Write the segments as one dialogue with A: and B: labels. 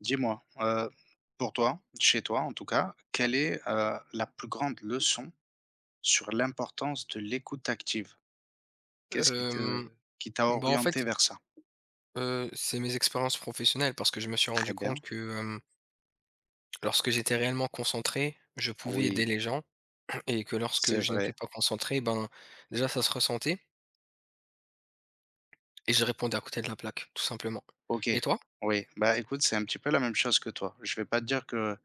A: Dis-moi, pour toi, chez toi en tout cas, quelle est, la plus grande leçon sur l'importance de l'écoute active? Qu'est-ce
B: Hem,
A: qui t'a
B: Bah, en fait,
A: orienté vers ça?
B: c'est mes expériences professionnelles parce que je me suis
A: Très
B: rendu compte
A: bien,
B: que, lorsque j'étais réellement concentré, je pouvais
A: oui,
B: aider les gens et que lorsque
A: c'est
B: je n'étais
A: vrai.
B: pas concentré, ben, déjà ça se ressentait et je répondais à côté de la plaque, tout simplement.
A: OK,
B: Et toi?
A: oui, bah, écoute, c'est un petit peu la même chose que toi. Je vais pas te dire que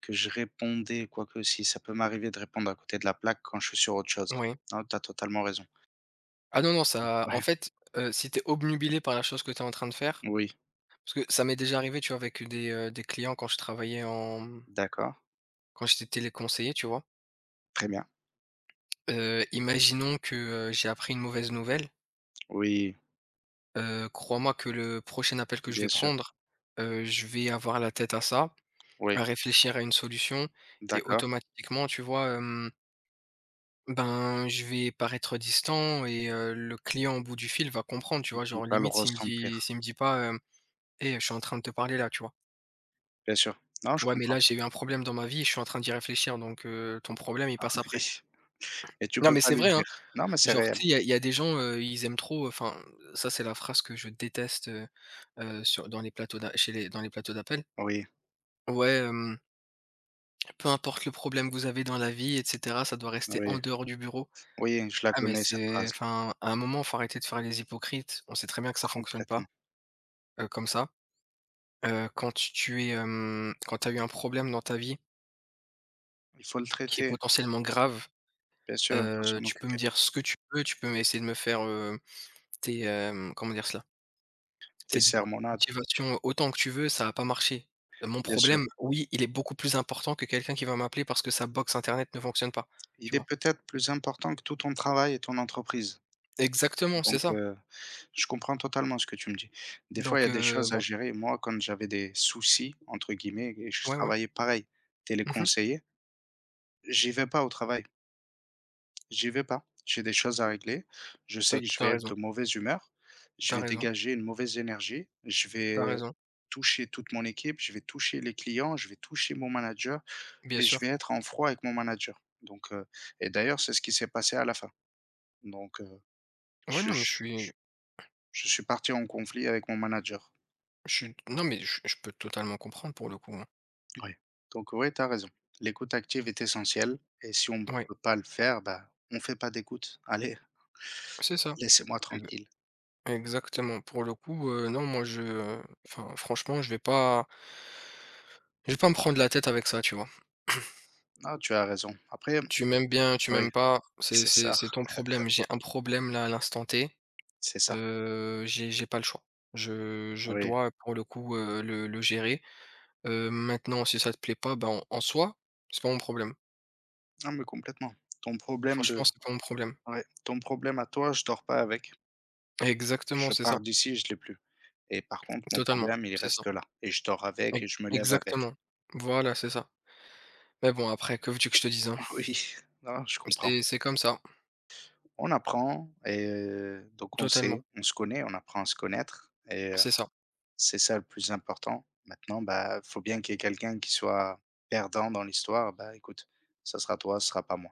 A: que je répondais quoique si, ça peut m'arriver de répondre à côté de la plaque quand je suis sur autre chose.
B: Oui.
A: Non, tu as totalement raison.
B: Ah non, non, ça en
A: Ouais,
B: fait, si t'es obnubilé par la chose que t'es en train de faire
A: oui,
B: parce que ça m'est déjà arrivé, tu vois, avec des clients quand je travaillais
A: d'accord,
B: quand j'étais téléconseiller, tu vois?
A: très bien.
B: Imaginons que, j'ai appris une mauvaise nouvelle.
A: Oui,
B: Crois-moi que le prochain appel que je vais
A: bien sûr,
B: prendre, je vais avoir la tête à ça,
A: oui,
B: à réfléchir à une solution et
A: d'accord,
B: automatiquement, tu vois, ben, je vais paraître distant et le client au bout du fil va comprendre, tu
A: il
B: vois?
A: il
B: Genre
A: va le
B: limite s'il me dit
A: ressentir.
B: s'il me dit pas, hem: «Eh, je suis en train de te parler là», tu vois?
A: Bien sûr. Non, je
B: «Ouais, mais là,
A: comprends.
B: j'ai eu un problème dans ma vie, je suis en train d'y réfléchir, donc ton problème, il
A: Ah
B: passe après».
A: oui, et tu
B: Non,
A: peux
B: mais
A: pas
B: c'est
A: lui
B: vrai, hein.
A: dire. Non, mais c'est
B: Genre, tu sais,
A: réel.
B: il y a des gens, ils aiment trop, enfin, ça, c'est la phrase que je déteste, sur dans les plateaux d'a chez les dans les plateaux d'appel.
A: Oui,
B: Ouais, peu importe le problème que vous avez dans la vie et cetera, ça doit rester en
A: oui,
B: dehors du bureau.
A: oui, je la
B: Ah, mais
A: connais cette
B: c'est
A: phrase,
B: enfin, à un moment, faut arrêter de faire les hypocrites. On sait très bien que ça fonctionne
A: complètement.
B: pas, comme ça. Quand tu tu es, hem, quand tu as eu un problème dans ta vie
A: Il faut le
B: qui est
A: traiter,
B: potentiellement grave,
A: bien sûr, il faut s'en
B: tu peux me
A: occuper.
B: dire ce que tu veux, tu peux essayer de me faire, tes, comment dire cela? Tes
A: Tes
B: discours de
A: sermonades,
B: motivation autant que tu veux, ça a pas marché. Mon
A: bien sûr.
B: problème, oui, il est beaucoup plus important que quelqu'un qui va m'appeler parce que sa box internet ne fonctionne pas, tu
A: Il est
B: vois?
A: peut-être plus important que tout ton travail et ton entreprise.
B: Exactement, c'est
A: Donc,
B: ça.
A: je comprends totalement ce que tu me dis. Des fois, il y
B: Donc
A: a des choses à
B: bon.
A: gérer. Moi, quand j'avais des «soucis» entre guillemets et je
B: Ouais, ouais.
A: travaillais pareil,
B: Mmh mh.
A: téléconseiller, j'y vais pas au travail. J'y vais pas. J'ai des choses à régler. Je
B: Tu
A: sais que je vais
B: raison,
A: être de mauvaise humeur. Je
B: t'as
A: vais
B: raison,
A: dégager une mauvaise énergie. Je
B: t'as
A: vais
B: raison,
A: toucher toute mon équipe. Je vais toucher les clients. Je vais toucher mon manager
B: bien
A: et je
B: sûr.
A: vais être en froid avec mon manager. Donc, et d'ailleurs, c'est ce qui s'est passé à la fin. Donc,
B: Ouais,
A: je
B: non, mais
A: je je je suis parti en conflit avec mon manager.
B: je suis non, mais je peux totalement comprendre pour le coup, hein.
A: Oui. Donc oui, tu as raison. L'écoute active est essentielle et si on ne
B: Ouais,
A: peut pas le faire, bah, on fait pas d'écoute. Allez,
B: c'est ça.
A: laissez-moi
B: Ex
A: tranquille.
B: Exactement. Pour le coup, non, moi, je enfin, franchement, je vais pas me prendre la tête avec ça, tu vois?
A: Non, tu as raison. Après
B: Tu m'aimes bien, tu
A: oui,
B: m'aimes pas, c'est
A: c'est
B: c'est
A: ça.
B: c'est ton problème. J'ai un problème là, à l'instant T,
A: C'est ça,
B: j'ai pas le choix. Je
A: oui.
B: dois, pour le coup, le gérer. Maintenant, si ça te plaît pas, ben, en soi, c'est pas mon problème.
A: Non, mais complètement. Ton problème
B: Franchement,
A: de
B: c'est pas mon problème.
A: ouais, ton problème à toi, je dors pas avec.
B: Exactement,
A: Je
B: c'est
A: pars
B: ça.
A: d'ici, je l'ai plus et par contre, mon
B: Totalement,
A: problème, il
B: c'est ça.
A: reste là et je dors avec
B: E
A: et je me lève avec.
B: Exactement. Voilà, c'est ça. Mais bon après, que veux-tu que je te dise, hein?
A: Oui, non, je comprends.
B: C'est comme ça.
A: On apprend et donc on
B: Totalement.
A: sait, on se connaît, on apprend à se connaître et
B: C'est ça.
A: c'est ça le plus important. Maintenant, bah, faut bien qu'il y ait quelqu'un qui soit perdant dans l'histoire. Bah, écoute, ça sera toi, ce sera pas moi.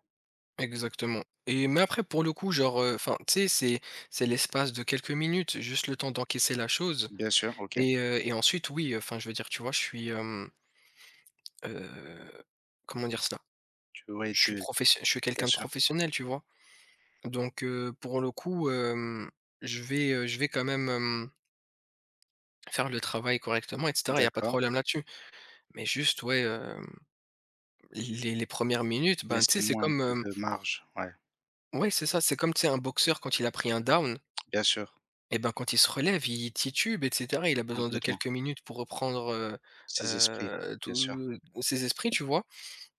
B: Exactement, et mais après pour le coup, genre, enfin, tu sais, c'est l'espace de quelques minutes, juste le temps d'encaisser la chose
A: Bien sûr, OK.
B: et ensuite oui, enfin, je veux dire, tu vois, je suis, heu, comment dire cela?
A: Tu Oui,
B: Je suis
A: tu
B: professe je suis
A: bien
B: quelqu'un de
A: sûr.
B: professionnel, tu vois? Donc, pour le coup, je vais quand même, faire le travail correctement et cetera. Il n'y a pas de
A: D'accord.
B: problème là-dessus. Mais juste, ouais, les 1 minutes, ben, tu sais, c'est
A: Laissez-moi un
B: comme,
A: peu
B: hem
A: de marge, ouais,
B: ouais, c'est ça, c'est comme, tu sais, un boxeur quand il a pris un down,
A: bien sûr,
B: et ben, quand il se relève, il titube et cetera. Il a besoin de
A: complètement.
B: quelques minutes pour reprendre,
A: Ces esprits, bien sûr.
B: tous ses esprits, tu vois?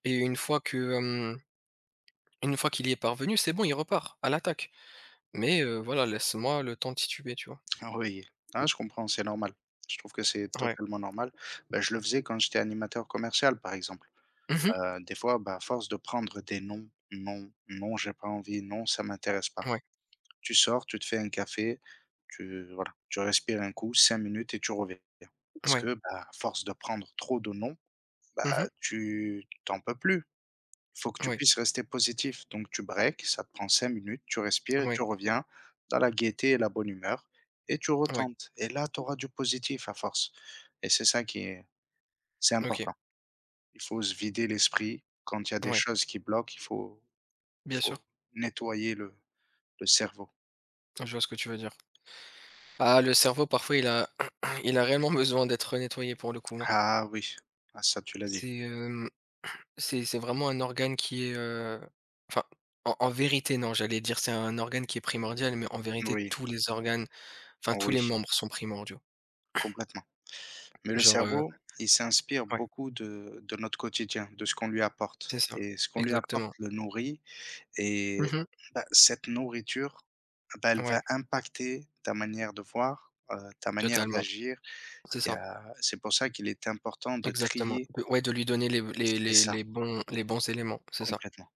B: Et une fois qu'il y est parvenu, c'est bon, il repart à l'attaque. Mais, voilà, laisse-moi le temps de tituber, tu vois?
A: Ah oui, ah je comprends, c'est normal. Je trouve que c'est
B: Ouais.
A: totalement normal. Bah, je le faisais quand j'étais animateur commercial, par exemple.
B: Mmh.
A: Des fois, bah, à force de prendre des «non», «non», «non, j'ai pas envie», «non, ça m'intéresse pas».
B: Ouais,
A: Tu sors, tu te fais un café, tu voilà, tu respires un coup, 5 minutes et tu reviens. Parce
B: ouais.
A: que, bah, à force de prendre trop de «non»,
B: Mmh.
A: bah, tu t'en peux plus. Faut que tu
B: Ouais,
A: puisses rester positif, donc tu breaks, ça te prend 5 minutes, tu respires et
B: ouais,
A: tu reviens dans la gaieté et la bonne humeur et tu
B: ouais,
A: retentes et là, tu auras du positif à force et c'est ça qui est c'est
B: OK,
A: important. Il faut se vider l'esprit. Quand il y a des
B: ouais,
A: choses qui bloquent, il faut
B: bien sûr,
A: faut nettoyer le cerveau.
B: je vois ce que tu veux dire. Ah, le cerveau, parfois, il a il a réellement besoin d'être nettoyé pour le coup, hein.
A: Ah oui, ah ça, tu l'as dit.
B: C'est, hem, c'est vraiment un organe qui est, enfin, en vérité, non, j'allais dire c'est un organe qui est primordial, mais en vérité,
A: Oui,
B: tous les organes, enfin, tous
A: oui,
B: les membres sont primordiaux.
A: complètement. Mais le
B: Genre,
A: cerveau, il s'inspire
B: ouais,
A: beaucoup de notre quotidien, de ce qu'on lui
B: c'est
A: apporte
B: ça,
A: et ce qu'on lui apporte
B: exactement.
A: le nourrit. Et
B: Mmh.
A: bah, cette nourriture, bah, elle
B: Ouais,
A: va impacter ta manière de voir, ta manière
B: totalement,
A: d'agir.
B: c'est
A: Il y
B: ça,
A: a C'est pour ça qu'il est important de
B: exactement.
A: trier.
B: De lui donner les les
A: C'est
B: les
A: ça,
B: les bons les bons éléments, c'est ça.
A: complètement.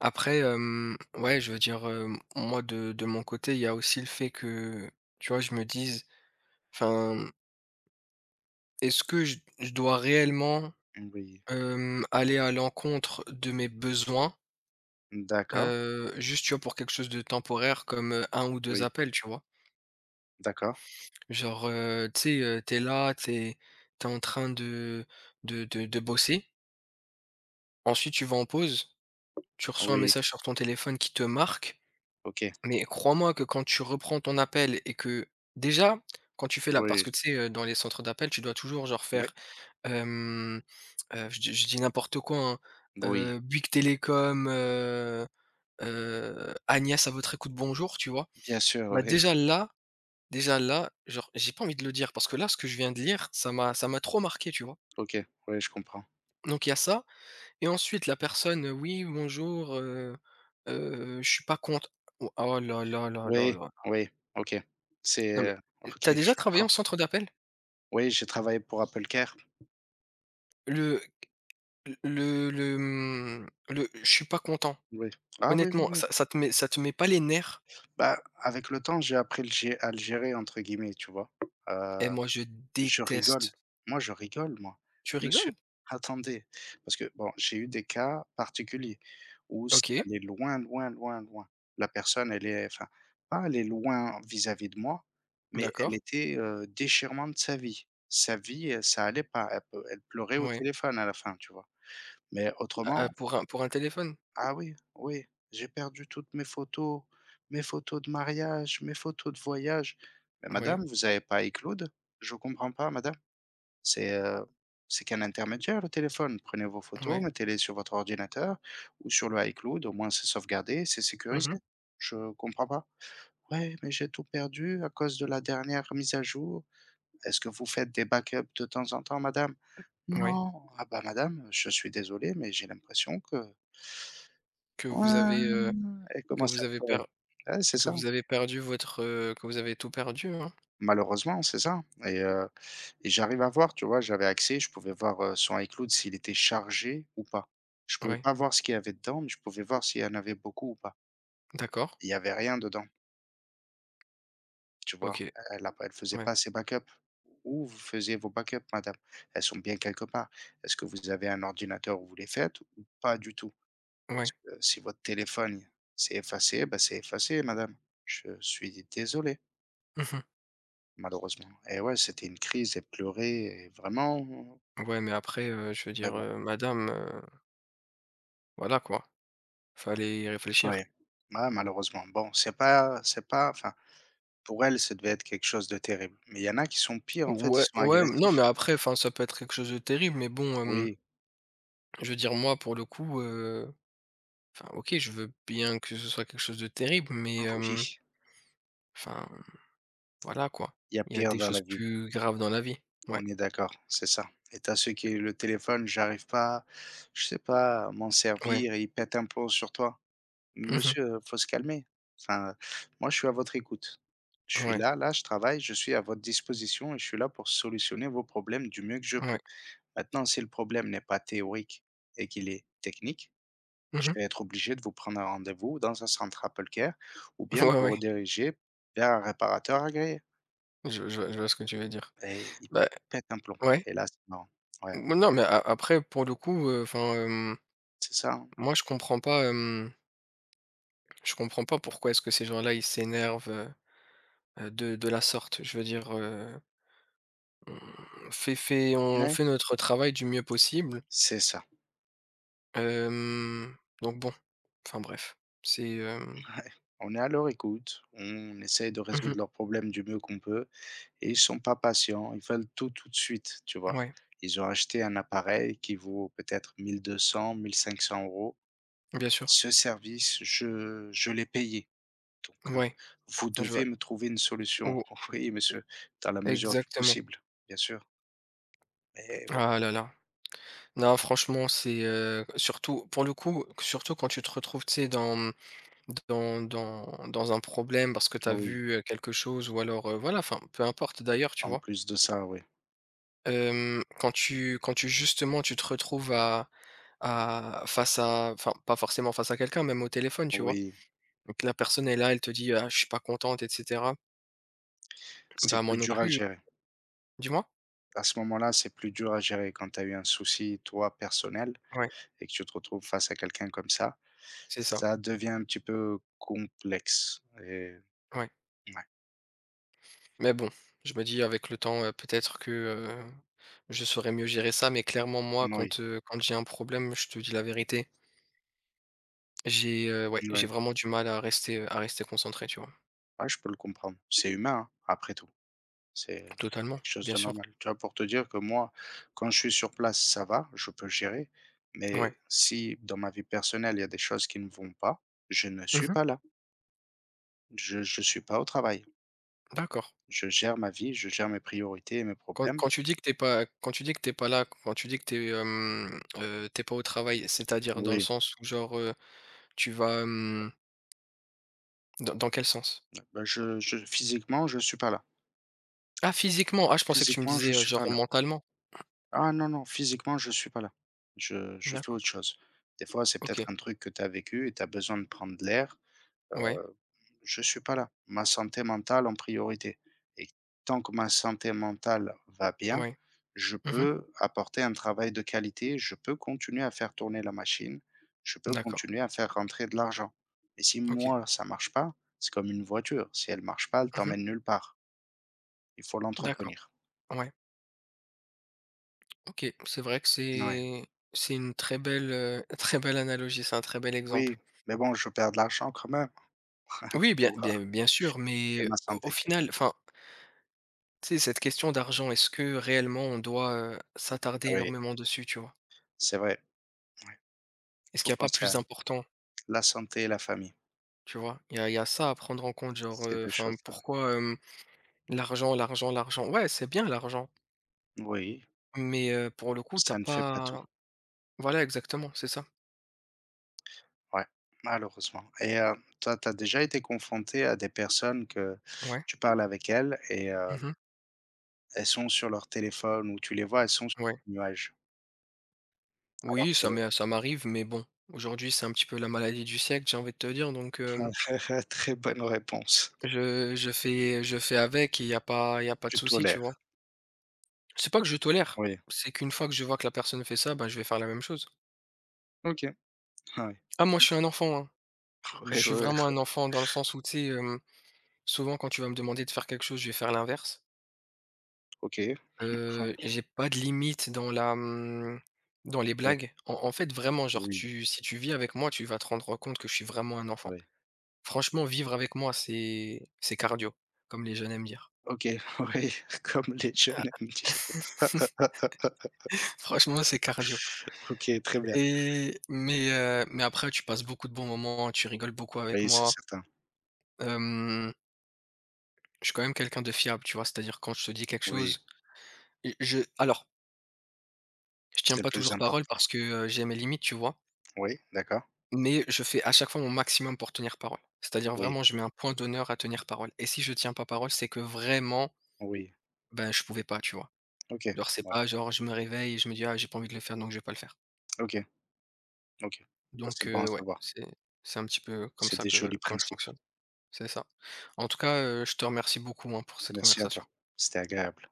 B: Après, ouais, je veux dire, moi, de mon côté, il y a aussi le fait que, tu vois, je me dise, enfin, est-ce que je dois réellement,
A: Oui,
B: aller à l'encontre de mes besoins,
A: d'accord.
B: juste, tu vois, pour quelque chose de temporaire comme, 1 ou deux
A: Oui,
B: appels, tu vois?
A: d'accord.
B: Genre, tu sais, t'es en train de bosser, ensuite tu vas en pause, tu reçois un
A: Oui,
B: message sur ton téléphone qui te marque.
A: OK.
B: Mais crois-moi que quand tu reprends ton appel et que déjà, quand tu fais là, parce
A: Oui,
B: que tu sais, dans les centres d'appel, tu dois toujours genre
A: oui,
B: faire, hem, je dis n'importe quoi, hein,
A: oui.
B: Bouygues Télécom, Agnès à votre écoute, bonjour, tu vois?
A: Bien sûr,
B: Bah,
A: oui.
B: déjà là, déjà là, genre, j'ai pas envie de le dire parce que là, ce que je viens de lire, ça m'a trop marqué, tu vois?
A: OK, oui, je comprends.
B: Donc il y a ça et ensuite la personne: «Oui, bonjour, je suis pas cont», oh oh là là là là
A: Oui,
B: là.
A: oui, OK. C'est,
B: Non, mais, tu as
A: OK,
B: déjà
A: je
B: travaillé
A: comprends.
B: en centre d'appel?
A: Oui, j'ai travaillé pour Apple Care.
B: Le le «je suis pas content».
A: Oui. Ah oui, oui,
B: Honnêtement,
A: oui.
B: ça te met pas les nerfs?
A: Bah, avec le temps, j'ai appris le gé à le gérer entre guillemets, tu vois?
B: Eh,
A: Heu,
B: moi, je
A: je
B: déteste.
A: rigole. Moi, je rigole, moi.
B: Tu
A: Monsieur,
B: rigoles?
A: attendez, parce que bon, j'ai eu des cas particuliers où c'est
B: OK,
A: allé loin, loin, loin, loin. La personne, elle est, enfin, pas elle est loin vis-à-vis de moi, mais elle
B: d'accord.
A: était, déchirement de sa vie. Sa vie, ça allait pas. Elle pleurait au
B: Ouais.
A: téléphone à la fin, tu vois? Mais
B: Ah, ah,
A: autrement
B: pour un téléphone?
A: ah oui, oui, j'ai perdu toutes mes photos de mariage, mes photos de voyage. Mais
B: Ouais,
A: madame, vous avez pas iCloud? Je comprends pas, madame. C'est, heu, c'est qu'un intermédiaire le téléphone. Prenez vos photos,
B: ouais.
A: mettez-les sur votre ordinateur ou sur le iCloud, au moins c'est sauvegardé, c'est
B: Mmh mh.
A: sécurisé. Je comprends pas. Ouais, mais j'ai tout perdu à cause de la dernière mise à jour. Est-ce que vous faites des backups de temps en temps, madame?
B: Ouais.
A: Non. Ah bah, madame, je suis désolé, mais j'ai l'impression que.
B: Que vous avez, heu,
A: Ouais, elle
B: que
A: commence
B: vous
A: à
B: avez per
A: pleurer. Ouais, c'est
B: que
A: ça.
B: vous avez perdu votre, que vous avez tout perdu, hein?
A: Malheureusement, c'est ça et j'arrive à voir, tu vois? J'avais accès, je pouvais voir, son iCloud s'il était chargé ou pas. Je pouvais
B: Ouais,
A: pas voir ce qu'il y avait dedans, mais je pouvais voir s'il y en avait beaucoup ou pas.
B: d'accord.
A: Il y avait rien dedans, tu vois?
B: OK,
A: Elle faisait
B: ouais,
A: pas ses backups. Où vous faisiez vos backups, madame? Elles sont bien quelque part. Est-ce que vous avez un ordinateur où vous les faites ou pas du tout? Parce
B: ouais.
A: que si votre téléphone s'est effacé, bah, c'est effacé, madame. Je suis désolé.
B: Mmh mh.
A: Malheureusement et ouais, c'était une crise, elle pleurait et vraiment,
B: Ouais, mais après, je veux
A: mais
B: dire,
A: bon,
B: madame, voilà quoi, fallait y
A: ouais.
B: réfléchir.
A: Ouais, malheureusement. Bon, c'est pas enfin, pour elle, ça devait être quelque chose de terrible. Mais il y en a qui sont pires, en fait, ils
B: Ouais,
A: sont
B: ouais, non, mais
A: agressifs.
B: après, enfin, ça peut être quelque chose de terrible, mais bon,
A: Oui,
B: je veux dire, moi, pour le coup, enfin, OK, je veux bien que ce soit quelque chose de terrible, mais
A: oui,
B: enfin, voilà, quoi.
A: il y a
B: Il y a
A: pire
B: des
A: dans
B: choses
A: la vie,
B: plus graves dans la vie. Ouais,
A: on est d'accord, c'est ça et tu ceux qui le téléphone, j'arrive pas, je sais pas, à m'en
B: ouais.
A: servir et ils pètent un plomb sur toi.
B: Mmh.
A: Monsieur, faut se calmer. Enfin, moi, je suis à votre écoute. Je suis
B: Ouais,
A: là, là, je travaille, je suis à votre disposition et je suis là pour solutionner vos problèmes du mieux que je peux.
B: ouais.
A: Maintenant, si le problème n'est pas théorique et qu'il est technique, je
B: Mmh.
A: vais être obligé de vous prendre un rendez-vous dans un centre Apple Care ou bien
B: Ouais,
A: de vous
B: ouais.
A: rediriger vers un réparateur agréé
B: Je vois ce que tu veux dire.
A: et il
B: Bah,
A: pète un plomb
B: ouais.
A: et là, c'est marrant. Ouais,
B: Mmh, non, mais a après, pour le coup, enfin,
A: c'est ça, hein.
B: moi, je comprends pas pourquoi est-ce que ces gens-là, ils s'énervent, de la sorte. Je veux dire, on fait fait on
A: Ouais,
B: fait notre travail du mieux possible,
A: c'est ça.
B: hem, donc bon, enfin bref, c'est, hem
A: Ouais. On est à leur écoute, on essaye de
B: mmh
A: résoudre leurs problèmes du mieux qu'on peut. Et ils sont pas patients, ils veulent tout, tout de suite, tu vois?
B: ouais,
A: Ils ont acheté un appareil qui vaut peut-être 1 200-1 500 €.
B: bien sûr,
A: Ce service, je l'ai payé, donc
B: ouais,
A: vous
B: je vois
A: devez me trouver une solution.
B: ou
A: Oui, monsieur, dans la mesure du
B: exactement.
A: possible, bien sûr, mais bon,
B: Ah là là. Non, franchement, c'est, surtout pour le coup, surtout quand tu te retrouves, tu sais, dans, mmh, dans dans dans un problème parce que tu as
A: oui,
B: vu, quelque chose ou alors, voilà, enfin peu importe d'ailleurs, tu
A: en
B: vois?
A: plus de ça, oui,
B: Quand tu justement tu te retrouves à À face à enfin, pas forcément face à quelqu'un, même au téléphone, tu vois?
A: oui,
B: Donc la personne est là, elle te dit: «Ah, je suis pas contente et cetera». Bah,
A: c'est
B: moi
A: plus
B: non
A: dur à
B: plus,
A: gérer.
B: dis-moi?
A: À ce moment-là, c'est plus dur à gérer quand tu as eu un souci, toi, personnel.
B: Ouais,
A: Et que tu te retrouves face à quelqu'un comme ça,
B: c'est ça,
A: ça devient un petit peu complexe et
B: ouais.
A: ouais,
B: Mais bon, je me dis avec le temps, peut-être que, je saurais mieux gérer ça, mais clairement moi
A: moui,
B: quand j'ai un problème, je te dis la vérité, ouais, j'ai
A: moui.
B: vraiment du mal à rester concentré, tu vois?
A: Ouais, je peux le comprendre. C'est humain, hein, après tout. C'est
B: Totalement,
A: quelque chose
B: bien
A: de
B: sûr.
A: normal. Tu vois, pour te dire que moi, quand je suis sur place, ça va, je peux gérer,
B: Ouais.
A: mais si dans ma vie personnelle, il y a des choses qui ne vont pas, je ne suis
B: Mmh.
A: pas là. Je ne suis pas au travail.
B: D'accord.
A: Je gère ma vie, je gère mes priorités et mes problèmes.
B: Quand tu dis que t'es pas là, quand tu dis que t'es es, hem, pas au travail, c'est-à-dire dans le
A: Oui,
B: sens où genre, tu vas, dans quel sens?
A: bah, je physiquement, je suis pas là.
B: Ah, physiquement? Ah, je pensais que tu me
A: Physiquement,
B: disais,
A: je suis
B: genre
A: pas là.
B: mentalement.
A: Ah non, non, physiquement, je suis pas là. Je fais
B: D'accord,
A: autre chose. Des fois, c'est peut-être
B: OK.
A: un truc que tu as vécu et tu as besoin de prendre de l'air.
B: Ouais,
A: Heu, je suis pas là. Ma santé mentale en priorité et tant que ma santé mentale va bien,
B: ouais.
A: je
B: Mmh.
A: peux apporter un travail de qualité, je peux continuer à faire tourner la machine, je peux
B: D'accord,
A: continuer à faire rentrer de l'argent et si
B: OK.
A: moi, ça marche pas, c'est comme une voiture, si elle marche pas, elle
B: Mmh.
A: t'emmène nulle part. Il faut
B: D'accord,
A: l'entretenir.
B: ouais. OK, c'est vrai que
A: Ouais.
B: c'est une très belle, très belle analogie, c'est un très bel exemple.
A: Oui, mais bon, je perds de l'argent quand même.
B: Oui, bien bien bien sûr,
A: C'est
B: mais
A: ma
B: au
A: santé,
B: final enfin. Tu sais, cette question d'argent, est-ce que réellement on doit, s'attarder
A: oui,
B: énormément dessus, tu vois?
A: c'est vrai, ouais. Il
B: Est-ce
A: faut
B: qu'il y a pas
A: penser à
B: plus
A: nous.
B: important,
A: La santé et la famille,
B: tu vois? Il y a ça à prendre en compte, genre,
A: ces 2
B: enfin,
A: choses-là.
B: pourquoi, l'argent, l'argent, l'argent? Ouais, c'est bien l'argent,
A: Oui,
B: mais pour le coup, t'as
A: ça ne fait pas tout,
B: pas voilà, exactement, c'est ça.
A: ouais, malheureusement et toi, tu as déjà été confronté à des personnes que
B: Ouais.
A: tu parles avec elles et
B: Mmh.
A: elles sont sur leur téléphone ou tu les vois, elles sont sur
B: Ouais.
A: le nuage
B: Oui,
A: alors
B: ça m'arrive, mais bon, aujourd'hui, c'est un petit peu la maladie du siècle, j'ai envie de te dire, donc
A: que très bonne réponse.
B: je fais avec, il y a pas de
A: Tu
B: souci, tu vois?
A: tolères,
B: C'est pas que je tolère,
A: oui.
B: c'est qu'une fois que je vois que la personne fait ça, ben je vais faire la même chose.
A: OK, ouais,
B: Ah, moi, je suis un enfant, hein. Je
A: ouais,
B: suis
A: ouais, ouais,
B: vraiment un enfant dans le sens où, tu sais, souvent quand tu vas me demander de faire quelque chose, je vais faire l'inverse.
A: OK, ah OK,
B: J'ai pas de limite dans la, dans les
A: oui,
B: blagues. En fait, vraiment, genre
A: oui.
B: tu si tu vis avec moi, tu vas te rendre compte que je suis vraiment un enfant. Franchement, vivre avec moi, c'est cardio, comme les jeunes aiment dire.
A: OK, oui, comme les
B: Ah.
A: jeunes aiment dire.
B: Franchement, c'est cardio,
A: OK, très bien.
B: et mais après tu passes beaucoup de bons moments, tu rigoles beaucoup avec
A: Oui, c'est
B: moi.
A: certain.
B: Hem, je suis quand même quelqu'un de fiable, tu vois? C'est-à-dire quand je te dis quelque
A: Oui,
B: chose. Et je alors, je tiens
A: c'est le
B: pas
A: plus
B: toujours parole
A: important.
B: parce que, j'ai mes limites, tu vois?
A: Oui, d'accord.
B: Mais je fais à chaque fois mon maximum pour tenir parole. C'est-à-dire
A: Oui,
B: vraiment, je mets un point d'honneur à tenir parole, et si je tiens pas parole, c'est que vraiment,
A: oui.
B: ben, je pouvais pas, tu vois?
A: OK,
B: Genre, c'est
A: ouais.
B: pas genre je me réveille et je me dis: «Ah, j'ai pas envie de le faire, donc je vais pas le faire».
A: OK, OK. Bah,
B: Donc
A: c'est bon à
B: ouais,
A: savoir.
B: c'est un petit peu comme
A: C'est
B: ça
A: des
B: que
A: jolis
B: quand je
A: principes.
B: fonctionne. C'est ça. En tout cas, je te remercie beaucoup, hein, pour cette
A: Merci à
B: conversation.
A: toi. C'était agréable.